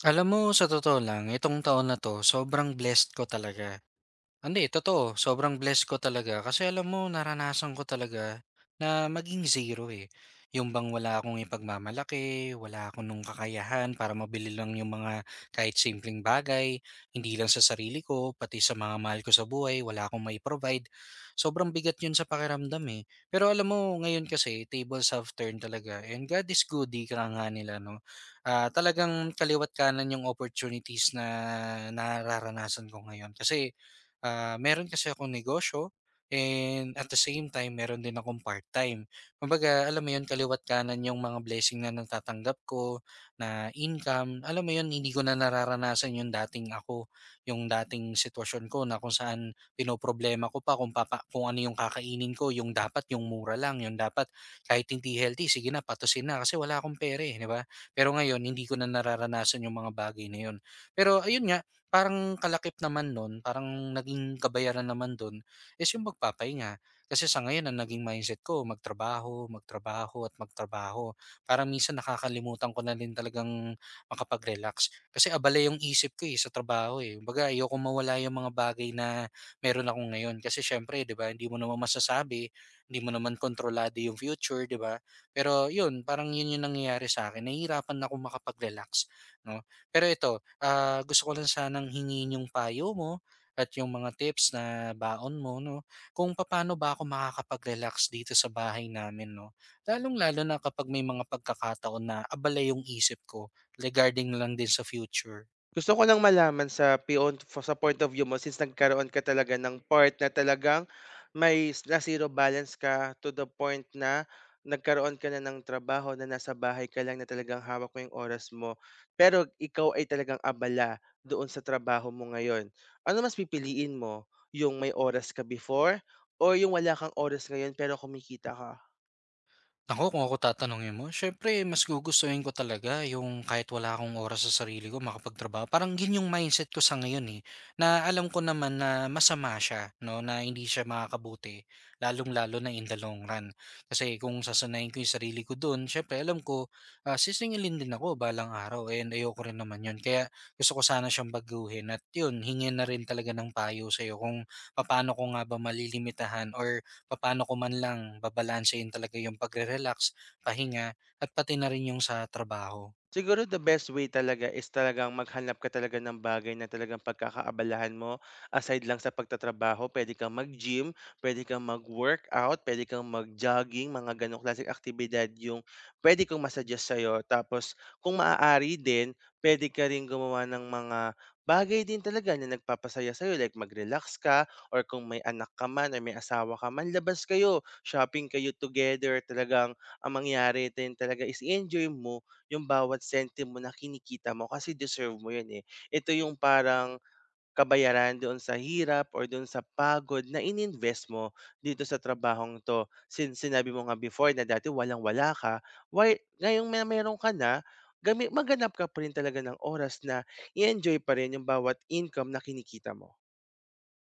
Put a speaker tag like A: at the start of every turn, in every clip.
A: Alam mo, sa totoo lang, itong taon na 'to sobrang blessed ko talaga. Hindi, totoo. Sobrang blessed ko talaga kasi alam mo naranasan ko talaga na maging zero, eh. Yung bang wala akong ipagmamalaki, wala ako nung kakayahan para mabili lang yung mga kahit simpleng bagay, hindi lang sa sarili ko, pati sa mga mahal ko sa buhay, wala akong mai-provide. Sobrang bigat yun sa pakiramdam, eh. Pero alam mo, ngayon kasi, tables have turned talaga. And God is good, di ka nga nila, no? Ah, talagang kaliwat kanan yung opportunities na nararanasan ko ngayon. Meron kasi akong negosyo and at the same time meron din akong part-time. Kumbaga, alam mo 'yun, kaliwa't kanan yung mga blessing na natatanggap ko na income. Alam mo 'yun, hindi ko na nararanasan yung dating ako, yung dating sitwasyon ko na kung saan pinoproblema ko pa kung papa, kung ano yung kakainin ko, yung dapat yung mura lang, yung dapat kahit hindi healthy, sige na patusin na kasi wala akong pera, eh, 'di ba? Pero ngayon, hindi ko na nararanasan yung mga bagay na 'yun. Pero ayun nga, parang kalakip naman nun, parang naging kabayaran naman dun is yung magpapahinga. Kasi sa ngayon ang naging mindset ko magtrabaho, magtrabaho at magtrabaho. Parang minsan nakakalimutan ko na rin talagang makapag-relax. Kasi abala yung isip ko eh, sa trabaho eh. Kumbaga ayokong mawala yung mga bagay na meron ako ngayon. Kasi syempre, di ba, hindi mo naman masasabi, hindi mo naman kontrolado yung future, di ba? Pero yun, parang yun yung nangyayari sa akin. Nahihirapan na akong makapag-relax. No? Pero ito, gusto ko lang sanang hingin yung payo mo at yung mga tips na baon mo 'no, kung paano ba ako makakapag-relax dito sa bahay namin 'no. Lalong-lalo na kapag may mga pagkakataon na abala yung isip ko regarding lang din sa future.
B: Gusto ko lang malaman sa pion fo sa point of view mo since nagkaroon ka talaga ng part na talagang na zero balance ka to the point na nagkaroon ka na ng trabaho na nasa bahay ka lang na talagang hawak mo yung oras mo. Pero ikaw ay talagang abala doon sa trabaho mo ngayon. Ano mas pipiliin mo, yung may oras ka before o yung wala kang oras ngayon pero kumikita ka?
A: Ako, kung ako tatanungin mo, siyempre mas gugustuhin ko talaga yung kahit wala akong oras sa sarili ko makapagtrabaho. Parang yun yung mindset ko sa ngayon eh, na alam ko naman na masama siya, no? Na hindi siya makakabuti, lalong-lalo na in the long run. Kasi kung sasanayin ko yung sarili ko doon, siyempre alam ko, sisingilin din ako balang araw and ayoko rin naman yun. Kaya gusto ko sana siyang baguhin at yun, hingin na rin talaga ng payo sa'yo kung paano ko nga ba malilimitahan or papaano ko man lang babalansehin talaga yung pagre-relax, pahinga at pati na rin yung sa trabaho.
B: Siguro the best way talaga is talagang maghanap ka talaga ng bagay na talagang pagkakaabalahan mo. Aside lang sa pagtatrabaho, pwede kang mag-gym, pwede kang mag-workout, pwede kang mag-jogging, mga ganong klaseng aktibidad yung pwede kong masuggest sa'yo. Tapos, kung maaari din, pwede ka rin gumawa ng mga bagay din talaga na nagpapasaya sa'yo. Like mag-relax ka, or kung may anak ka man, or may asawa ka man, labas kayo, shopping kayo together. Talagang ang mangyari din talaga is i-enjoy mo yung bawat sentimo na kinikita mo kasi deserve mo yun, eh. Ito yung parang kabayaran doon sa hirap or doon sa pagod na ininvest mo dito sa trabahong 'to. Since sinabi mo nga before na dati walang-wala ka, why ngayong may meron ka na, gami maghanap ka pa rin talaga ng oras na i-enjoy pa rin yung bawat income na kinikita mo.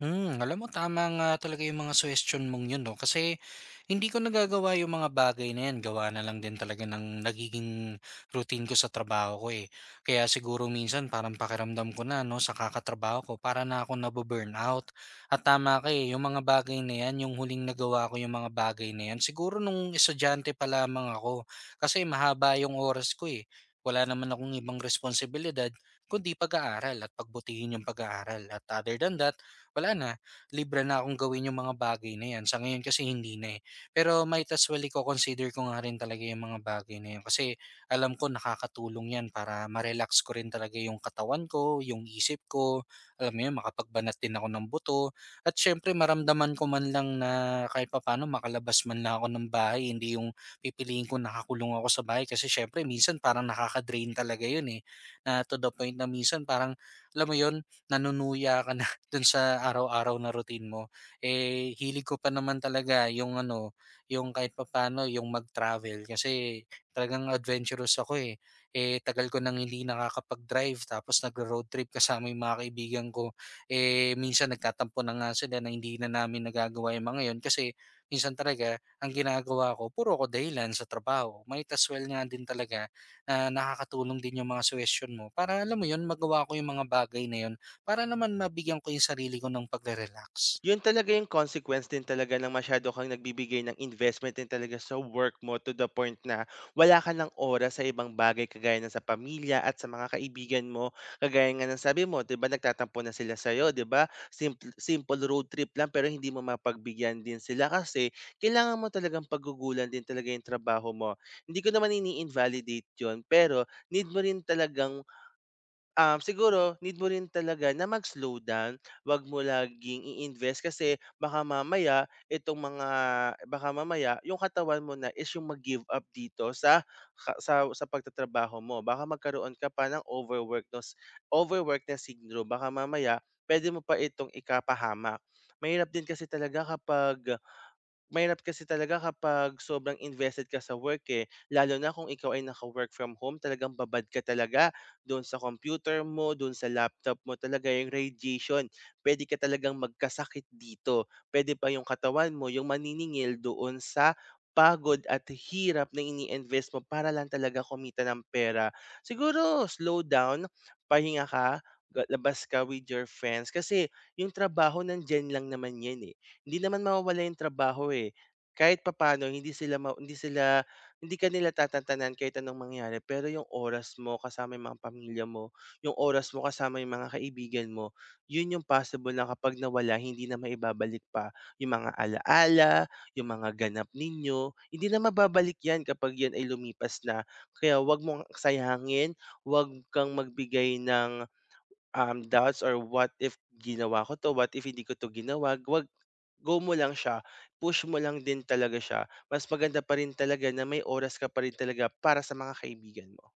A: Hmm, alam mo tama nga talaga yung mga suhestiyon mong yun 'no, kasi hindi ko nagagawa yung mga bagay na yan gawa na lang din talaga ng nagiging routine ko sa trabaho ko, eh. Kaya siguro minsan parang pakiramdam ko na 'no, sa kakatrabaho ko para na akong nabu-burnout. At tama ka, eh, yung mga bagay na yan, yung huling nagawa ko yung mga bagay na yan siguro nung estudyante pa lamang ako. Kasi mahaba yung oras ko, eh, wala naman akong ibang responsibilidad kundi pag-aaral at pagbutihin yung pag-aaral. At other than that wala na, libre na akong gawin yung mga bagay na yan. Sa ngayon kasi hindi na eh. Pero might as well i-consider ko nga rin talaga yung mga bagay na yan. Kasi alam ko nakakatulong yan para ma-relax ko rin talaga yung katawan ko, yung isip ko. Alam mo yun, makapagbanat din ako ng buto. At syempre maramdaman ko man lang na kahit paano makalabas man lang ako ng bahay. Hindi yung pipiliin ko nakakulong ako sa bahay. Kasi syempre minsan parang nakaka-drain talaga yun eh. Na to the point na minsan parang alam mo yun, nanunuya ka dun sa araw-araw na routine mo. Eh, hilig ko pa naman talaga yung ano, yung kahit papaano yung mag-travel kasi talagang adventurous ako eh. Eh, tagal ko nang hindi nakakapag-drive tapos nagro-road trip kasama yung mga kaibigan ko. Eh, minsan nagtatampo na nga sila na hindi na namin nagagawa yung mga yun kasi minsan talaga ang ginagawa ko puro ko dahilan sa trabaho. Might as well nga din talaga na nakakatulong din yung mga suggestion mo para alam mo yun magawa ko yung mga bagay na yun para naman mabigyan ko yung sarili ko ng pagre-relax.
B: Yun talaga yung consequence din talaga ng masyado kang nagbibigay ng investment din talaga sa work mo to the point na wala ka ng oras sa ibang bagay kagaya ng sa pamilya at sa mga kaibigan mo. Kagaya nga ng sabi mo, 'di ba nagtatampo na sila sa 'di ba? Simple simple road trip lang pero hindi mo mapagbigyan din sila kasi kailangan mo talagang paggugulan din talaga yung trabaho mo. Hindi ko naman ini-invalidate 'yon, pero need mo rin talagang siguro need mo rin talaga na mag-slow down, 'wag mo laging i-invest kasi baka mamaya itong mga baka mamaya yung katawan mo na is yung mag-give up dito sa ka sa pagtatrabaho mo. Baka magkaroon ka pa ng overwork na syndrome. Baka mamaya pwede mo pa itong ikapahamak. Mahirap din kasi talaga kapag Mahirap kasi talaga kapag sobrang invested ka sa work, eh, lalo na kung ikaw ay naka-work from home, talagang babad ka talaga doon sa computer mo, doon sa laptop mo, talaga yung radiation. Pwede ka talagang magkasakit dito, pwede pa yung katawan mo yung maniningil doon sa pagod at hirap na ini-invest mo para lang talaga kumita ng pera. Siguro slow down, pahinga ka, labas ka with your friends kasi yung trabaho nandiyan lang naman 'yan, eh. Hindi naman mawawala yung trabaho, eh. Kahit papaano hindi sila ma hindi sila hindi ka nila tatantanan kahit anong mangyari, pero yung oras mo kasama yung mga pamilya mo, yung oras mo kasama yung mga kaibigan mo, yun yung possible na kapag nawala hindi na maibabalik pa. Yung mga ala-ala, yung mga ganap ninyo, hindi na mababalik yan kapag yan ay lumipas na. Kaya wag mong sayangin, wag kang magbigay ng, doubts or what if ginawa ko 'to, what if hindi ko 'to ginawa, huwag, go mo lang siya, push mo lang din talaga siya. Mas maganda pa rin talaga na may oras ka pa rin talaga para sa mga kaibigan mo.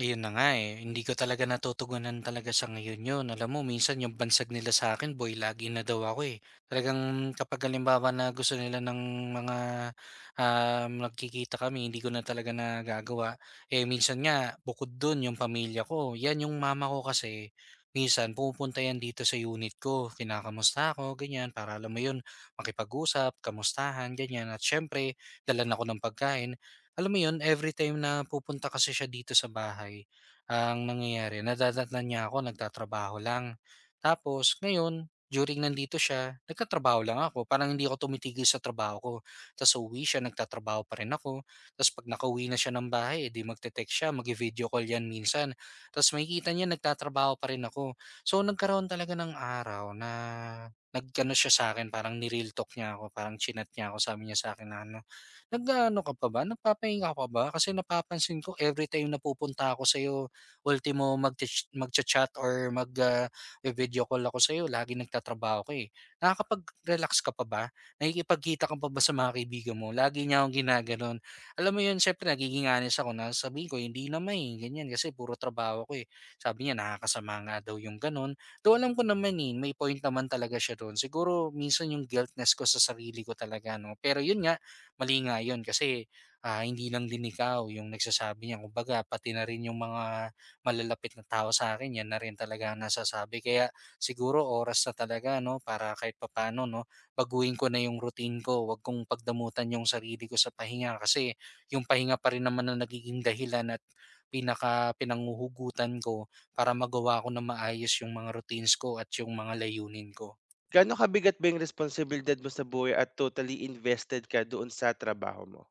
A: Ayun na nga, eh, hindi ko talaga natutugunan talaga sa ngayon yun. Alam mo minsan yung bansag nila sa akin boy lagi na daw ako, eh. Talagang kapag halimbawa na gusto nila ng mga, nagkikita kami hindi ko na talaga nagagawa. Eh, minsan nga bukod dun yung pamilya ko, 'yan yung mama ko kasi minsan pumupunta 'yan dito sa unit ko, kinakamusta ako ganyan para alam mo yun, makipag-usap, kamustahan ganyan at siyempre dalan ako ng pagkain. Alam mo 'yun, every time na pupunta kasi siya dito sa bahay, ang nangyayari nadadatnan niya ako nagtatrabaho lang. Tapos ngayon, during nandito siya, nagtatrabaho lang ako, parang hindi ako tumitigil sa trabaho ko. Ta's uuwi siya, nagtatrabaho pa rin ako. Ta's 'pag nakauwi na siya ng bahay, eh, 'di magte-text siya, mag video call 'yan minsan. Ta's makikita niya nagtatrabaho pa rin ako. So, nagkaroon talaga ng araw na nagkano siya sa akin. Parang ni-real talk niya ako, parang chinat niya ako. Sabi niya sa'kin na ano, nag-aano ka pa ba, nagpapahinga ka pa ba? Kasi napapansin ko everytime na pupunta ako sa'yo, ultimo magcha-chat or video call ako sa'yo laging nagtatrabaho ka, eh. Nakakapag-relax ka pa ba? Nakikipagkita ka pa ba sa mga kaibigan mo? Lagi niya akong ginagano'n. Alam mo 'yun, siyempre nagiging honest ako na sabihin ko, "Hindi naman, eh," ganyan, kasi puro trabaho ako, eh. Sabi niya, nakakasama nga daw yung gano'n. Though alam ko naman, eh, may point naman talaga siya do'n. Siguro minsan yung guiltness ko sa sarili ko talaga 'no. Pero 'yun nga, mali nga yun kasi, hindi lang din ikaw yung nagsasabi niyan kumbaga pati na rin yung mga malalapit na tao sa akin yan na rin talaga ang nasasabi. Kaya siguro oras na talaga 'no para kahit papaano 'no, baguhin ko na yung routine ko, 'wag kong pagdamutan yung sarili ko sa pahinga kasi yung pahinga pa rin naman ang nagiging dahilan at pinaka pinanguhugutan ko para magawa ko na maayos yung mga routines ko at yung mga layunin ko.
B: Gaano kabigat ba yung responsibilidad mo sa buhay at totally invested ka doon sa trabaho mo?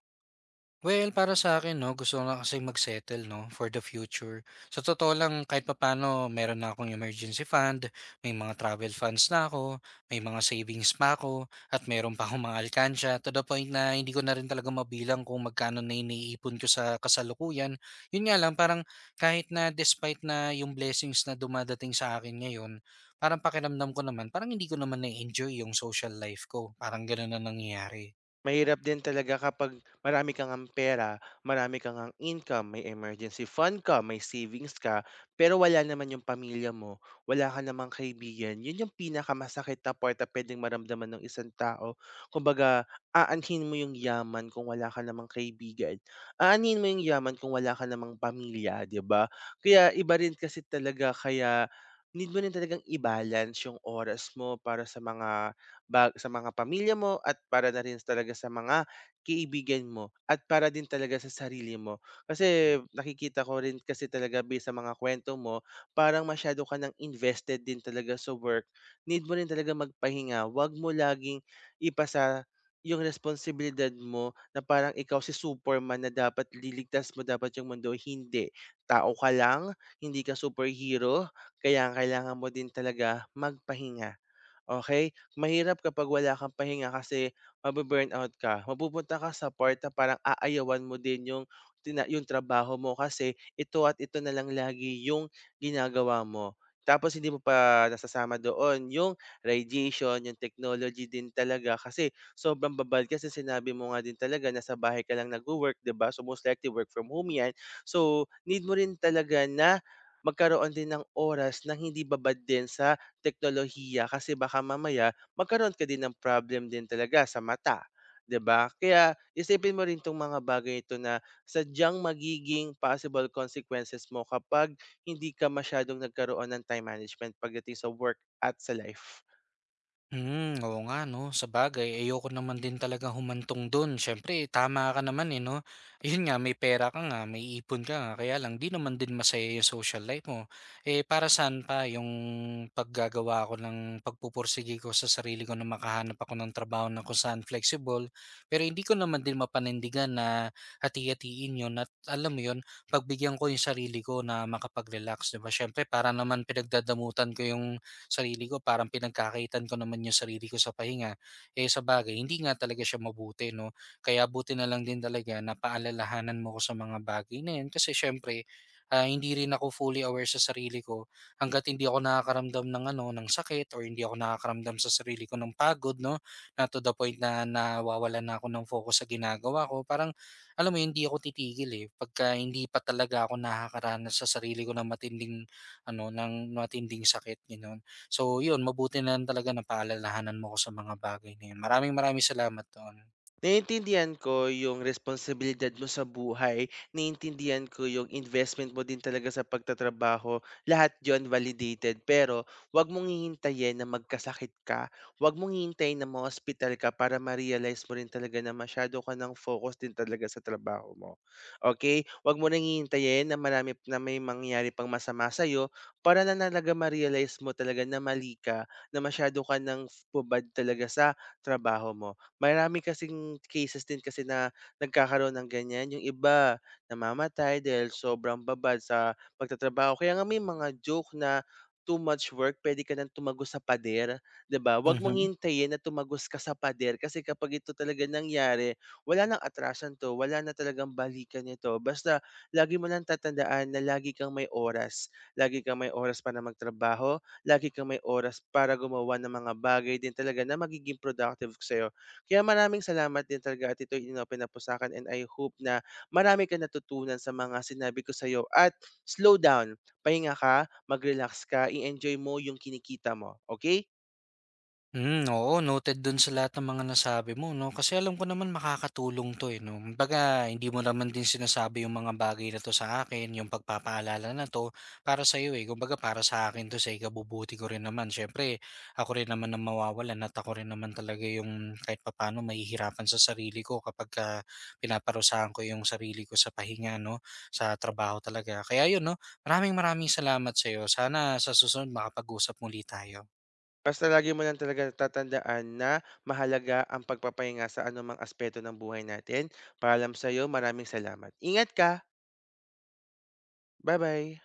A: Well, para sa akin, 'no, gusto ko na kasing mag-settle 'no, for the future. Sa totoo lang kahit papaano meron na akong emergency fund, may mga travel funds na ako, may mga savings pa ako, at meron pa akong mga alkansya to the point na hindi ko na rin talaga mabilang kung magkano na iniipon ko sa kasalukuyan. Yun nga lang parang kahit na despite na yung blessings na dumadating sa akin ngayon, parang pakiramdam ko naman parang hindi ko naman na enjoy yung social life ko, parang ganun na nangyayari.
B: Mahirap din talaga kapag marami ka ngang pera, marami ka ngang income, may emergency fund ka, may savings ka, pero wala naman yung pamilya mo, wala ka namang kaibigan, yun yung pinakamasakit na part na puwedeng maramdaman ng isang tao. Kumbaga, aanhin mo yung yaman kung wala ka namang kaibigan, aanhin mo yung yaman kung wala ka namang pamilya, 'di ba? Kaya iba rin kasi talaga, kaya need mo rin talagang i-balance yung oras mo para sa mga ba sa mga pamilya mo at para na rin talaga sa mga kaibigan mo at para din talaga sa sarili mo. Kasi nakikita ko rin kasi talaga based sa mga kwento mo, parang masyado ka nang invested din talaga sa work. Need mo rin talaga magpahinga. Huwag mo laging ipasa yung responsibilidad mo na parang ikaw si Superman na dapat liligtas mo dapat yung mundo. Hindi. Tao ka lang, hindi ka superhero, kaya kailangan mo din talaga magpahinga. Okay, mahirap kapag wala kang pahinga kasi mababurnout ka. Mapupunta ka sa part na parang aayawan mo din yung yung trabaho mo kasi ito at ito na lang lagi yung ginagawa mo. Tapos hindi mo pa nasasama doon yung radiation, yung technology din talaga kasi sobrang babal, kasi sinabi mo nga din talaga nasa bahay ka lang nagwo-work, 'di ba? So, most likely work from home 'yan. So, need mo rin talaga na magkaroon din ng oras na hindi babad din sa teknolohiya kasi baka mamaya magkaroon ka din ng problem din talaga sa mata, 'di ba? Kaya isipin mo rin 'tong mga bagay ito na sadyang magiging possible consequences mo kapag hindi ka masyadong nagkaroon ng time management pagdating sa work at sa life.
A: Hmm, oo nga 'no, sabagay ayoko naman din talaga humantong dun. Siyempre tama ka naman, eh, 'no. Ayun nga, may pera ka nga, may ipon ka nga, kaya lang 'di naman din masaya yung social life mo. Eh, para saan pa yung paggagawa ko ng pagpupursige ko sa sarili ko na makahanap ako ng trabaho na kung saan flexible, pero hindi ko naman din mapanindigan na hati-hatiin yun at alam mo yun, pagbigyan ko yung sarili ko na makapag-relax, 'di ba? Siyempre para naman pinagdadamutan ko yung sarili ko parang pinagkakaitan ko naman yung sarili ko sa pahinga. Eh sa bagay hindi nga talaga siya mabuti 'no. Kaya buti na lang din talaga na paalalahanan mo ko sa mga bagay na 'yan kasi siyempre, hindi rin ako fully aware sa sarili ko hangga't hindi ako nakakaramdam ng ano, ng sakit or hindi ako nakakaramdam sa sarili ko ng pagod 'no, na to the point na nawawala na ako ng focus sa ginagawa ko. Parang alam mo yun, hindi ako titigil, eh, pagka hindi pa talaga ako nakakaranas sa sarili ko ng matinding ano, ng matinding sakit, gano'n. So yun, mabuti na lang talaga napaalalahanan mo ko sa mga bagay na yun. Maraming maraming salamat doon.
B: Naiintindihan ko yung responsibilidad mo sa buhay, naiintindihan ko yung investment mo din talaga sa pagtatrabaho, lahat yun validated. Pero wag mong hihintayin na magkasakit ka, wag mong hihintayin na ma-ospital ka para ma-realize mo rin talaga na masyado ka ng focus din talaga sa trabaho mo. Okay, wag mo ring hihintayin na marami na may mangyari pang masama sa'yo para na talaga ma-realize mo talaga na mali ka, na masyado ka ng f talaga sa trabaho mo. Marami kasing cases din kasi na nagkakaroon ng ganyan, yung iba namamatay dahil sobrang babad sa pagtatrabaho. Kaya nga may mga joke na too much work, puwede ka ng tumagos sa pader, 'di ba? Huwag mong
A: Mhm.
B: hintayin na tumagos ka sa pader kasi kapag ito talaga nangyari, wala nang atrasan 'to, wala na talagang balikan nito. Basta lagi mo lang tatandaan na lagi kang may oras, lagi kang may oras para magtrabaho, lagi kang may oras para gumawa ng mga bagay din talaga na magiging productive sa'yo. Kaya maraming salamat din talaga at ito'y inopen na po sa'kin, and I hope na marami kang natutunan sa mga sinabi ko sa'yo at slow down, pahinga ka, mag-relax ka, i-enjoy mo yung kinikita mo, okay?
A: Hmm, oo noted dun sa lahat ng mga nasabi mo 'no, kasi alam ko naman makakatulong 'to, eh, 'no. Kumbaga hindi mo naman din sinasabi yung mga bagay na 'to sa akin, yung pagpapaalala na 'to para sa sa'yo, eh, kumbaga para sa akin 'to sa ikabubuti ko rin naman. Siyempre ako rin naman ang mawawalan at ako rin naman talaga yung kahit papaano mahihirapan sa sarili ko kapagka pinaparusahan ko yung sarili ko sa pahinga 'no, sa trabaho talaga. Kaya yun 'no, maraming maraming salamat sa sa'yo. Sana sa susunod makapag-usap muli tayo.
B: Basta lagi mo lang talaga tatandaan na mahalaga ang pagpapahinga sa anumang aspeto ng buhay natin. Paalam sa'yo, maraming salamat. Ingat ka, bye bye.